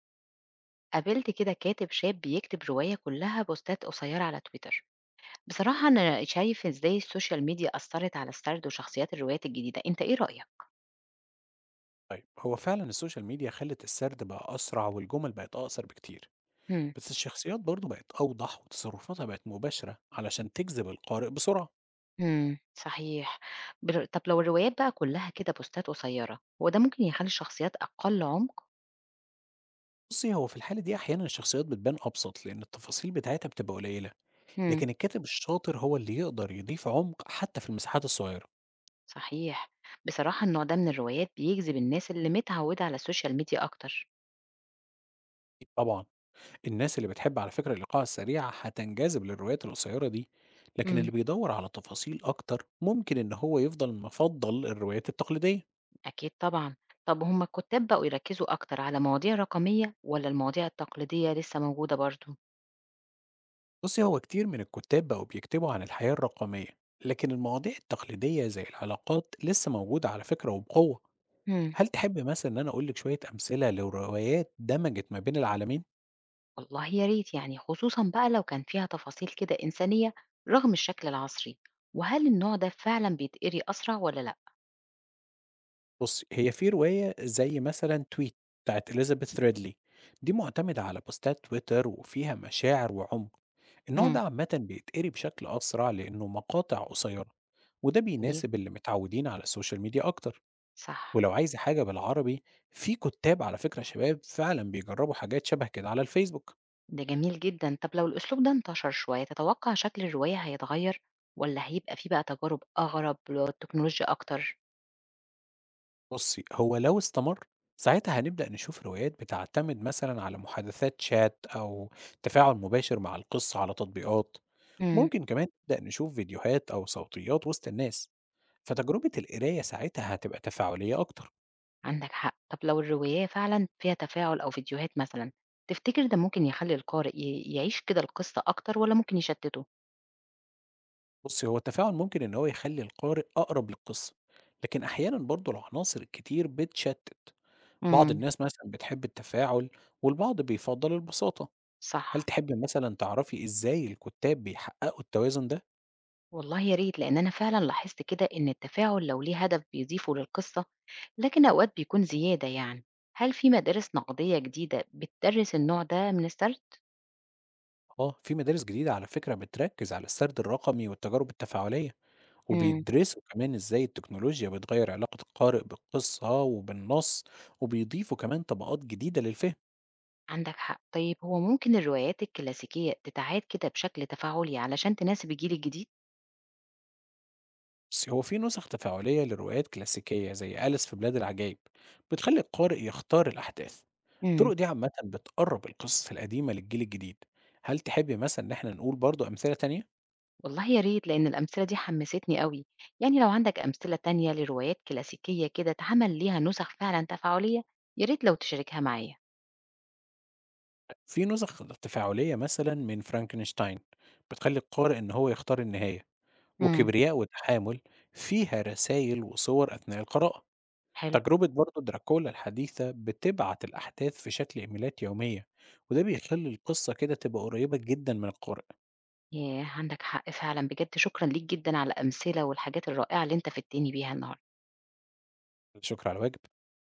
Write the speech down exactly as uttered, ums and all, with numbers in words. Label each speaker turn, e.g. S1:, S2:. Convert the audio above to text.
S1: قابلت كده كاتب شاب بيكتب رواية كلها بوستات قصيرة على تويتر. بصراحة أنا شايف إزاي السوشيال ميديا أثرت على السرد وشخصيات الروايات الجديدة، أنت إيه رأيك؟
S2: طيب، هو فعلا السوشيال ميديا خلت السرد بقى أسرع والجمل بقت أقصر بكتير.
S1: مم.
S2: بس الشخصيات برضو بقت أوضح وتصرفاتها بقت مباشرة علشان تجذب القارئ بسرعة.
S1: مم. صحيح. بر... طب لو الروايات بقى كلها كده بوستات قصيرة، هو ده ممكن يخلي الشخصيات أقل عمق؟
S2: بصي، هو في الحالة دي أحيانا الشخصيات بتبان أبسط لأن التفاصيل بتاعتها بتبقى قليلة.
S1: مم.
S2: لكن الكاتب الشاطر هو اللي يقدر يضيف عمق حتى في المساحات الصغيرة.
S1: صحيح. بصراحة النوع ده من الروايات بيجذب الناس اللي متعودة على السوشيال ميديا أكتر.
S2: طبعا، الناس اللي بتحب على فكرة الإيقاع السريع هتنجذب للروايات القصيرة دي. لكن
S1: مم.
S2: اللي بيدور على تفاصيل أكتر ممكن إن هو يفضل مفضل الروايات التقليدية.
S1: أكيد طبعا. طب هما الكتاب بقوا يركزوا أكتر على مواضيع رقمية ولا المواضيع التقليدية لسه موجودة برضو؟
S2: بصي، هو كتير من الكتاب بقوا بيكتبوا عن الحياة الرقمية. لكن المواضيع التقليدية زي العلاقات لسه موجودة على فكرة وبقوة.
S1: مم.
S2: هل تحب مثلا إن أنا أقولك شوية أمثلة لروايات دمجت ما بين العالمين؟
S1: والله يا ريت، يعني خصوصا بقى لو كان فيها تفاصيل كده إنسانية رغم الشكل العصري. وهل النوع ده فعلا بيتقري أسرع ولا لأ؟
S2: بصي، هي في رواية زي مثلا تويت، بتاعت إليزابيث ريدلي، دي معتمدة على بوستات تويتر وفيها مشاعر وعمق. النوع ده
S1: مم.
S2: عامة بيتقري بشكل أسرع لأنه مقاطع قصيرة، وده
S1: جميل.
S2: بيناسب اللي متعودين على السوشيال ميديا أكتر.
S1: صح.
S2: ولو عايزة حاجة بالعربي، في كتاب على فكرة شباب فعلا بيجربوا حاجات شبه كده على الفيسبوك.
S1: ده جميل جدا. طب لو الأسلوب ده انتشر شوية، تتوقع شكل الرواية هيتغير ولا هيبقى فيه بقى تجارب أغرب والتكنولوجيا أكتر؟
S2: بصي، هو لو استمر، ساعتها هنبدأ نشوف روايات بتعتمد مثلا على محادثات شات أو تفاعل مباشر مع القصة على تطبيقات.
S1: مم.
S2: ممكن كمان نبدأ نشوف فيديوهات أو صوتيات وسط الناس، فتجربة القراية ساعتها هتبقى تفاعلية أكتر.
S1: عندك حق. طب لو الرواية فعلا فيها تفاعل أو فيديوهات مثلا، تفتكر ده ممكن يخلي القارئ ي- يعيش كده القصة أكتر ولا ممكن يشتته؟
S2: بصي، هو التفاعل ممكن إن هو يخلي القارئ أقرب للقصة. لكن أحيانا برضو العناصر الكتير بتشتت. بعض
S1: مم.
S2: الناس مثلًا بتحب التفاعل، والبعض بيفضّل البساطة، هل
S1: صح.
S2: تحبي مثلًا تعرفي إزاي الكُتّاب بيحققوا التوازن ده؟
S1: والله يا ريت، لأن أنا فعلا لاحظت كده إن التفاعل لو ليه هدف بيضيفه للقصة، لكن أوقات بيكون زيادة يعني هل في مدارس نقدية جديدة بتدرس النوع ده من السرد؟
S2: آه، في مدارس جديدة على فكرة بتركّز على السرد الرقمي والتجارب التفاعلية،
S1: مم.
S2: وبيدرسوا كمان إزاي التكنولوجيا بتغيّر علاقة القارئ بالقصة وبالنص، وبيضيفوا كمان طبقات جديدة للفهم.
S1: عندك حق. طيب هو ممكن الروايات الكلاسيكية تتعاد كده بشكل تفاعلي علشان تناسب الجيل الجديد؟
S2: بس هو في نسخ تفاعلية لروايات كلاسيكية زي أليس في بلاد العجائب بتخلي القارئ يختار الأحداث.
S1: مم.
S2: الطرق دي عامة بتقرب القصص القديمة للجيل الجديد. هل تحبي مثلا إن احنا نقول برضو أمثلة تانية؟
S1: والله يا ريت، لأن الأمثلة دي حمستني قوي. يعني لو عندك أمثلة تانية لروايات كلاسيكية كده اتعمل ليها نسخ فعلا تفاعلية، يا ريت لو تشاركها معايا.
S2: في نسخ تفاعلية مثلا من فرانكنشتاين بتخلي القارئ إن هو يختار النهاية.
S1: مم.
S2: وكبرياء وتحامل فيها رسائل وصور أثناء القراءة.
S1: حلو.
S2: تجربة برضو دراكولا الحديثة بتبعت الأحداث في شكل إيميلات يومية، وده بيخلي القصة كده تبقى قريبة جدا من القارئ.
S1: ياه! عندك حق فعلًا، بجد شكرًا ليك جدًا على الأمثلة والحاجات الرائعة اللي أنت فدتني بيها النهارده.
S2: لا شكر على واجب.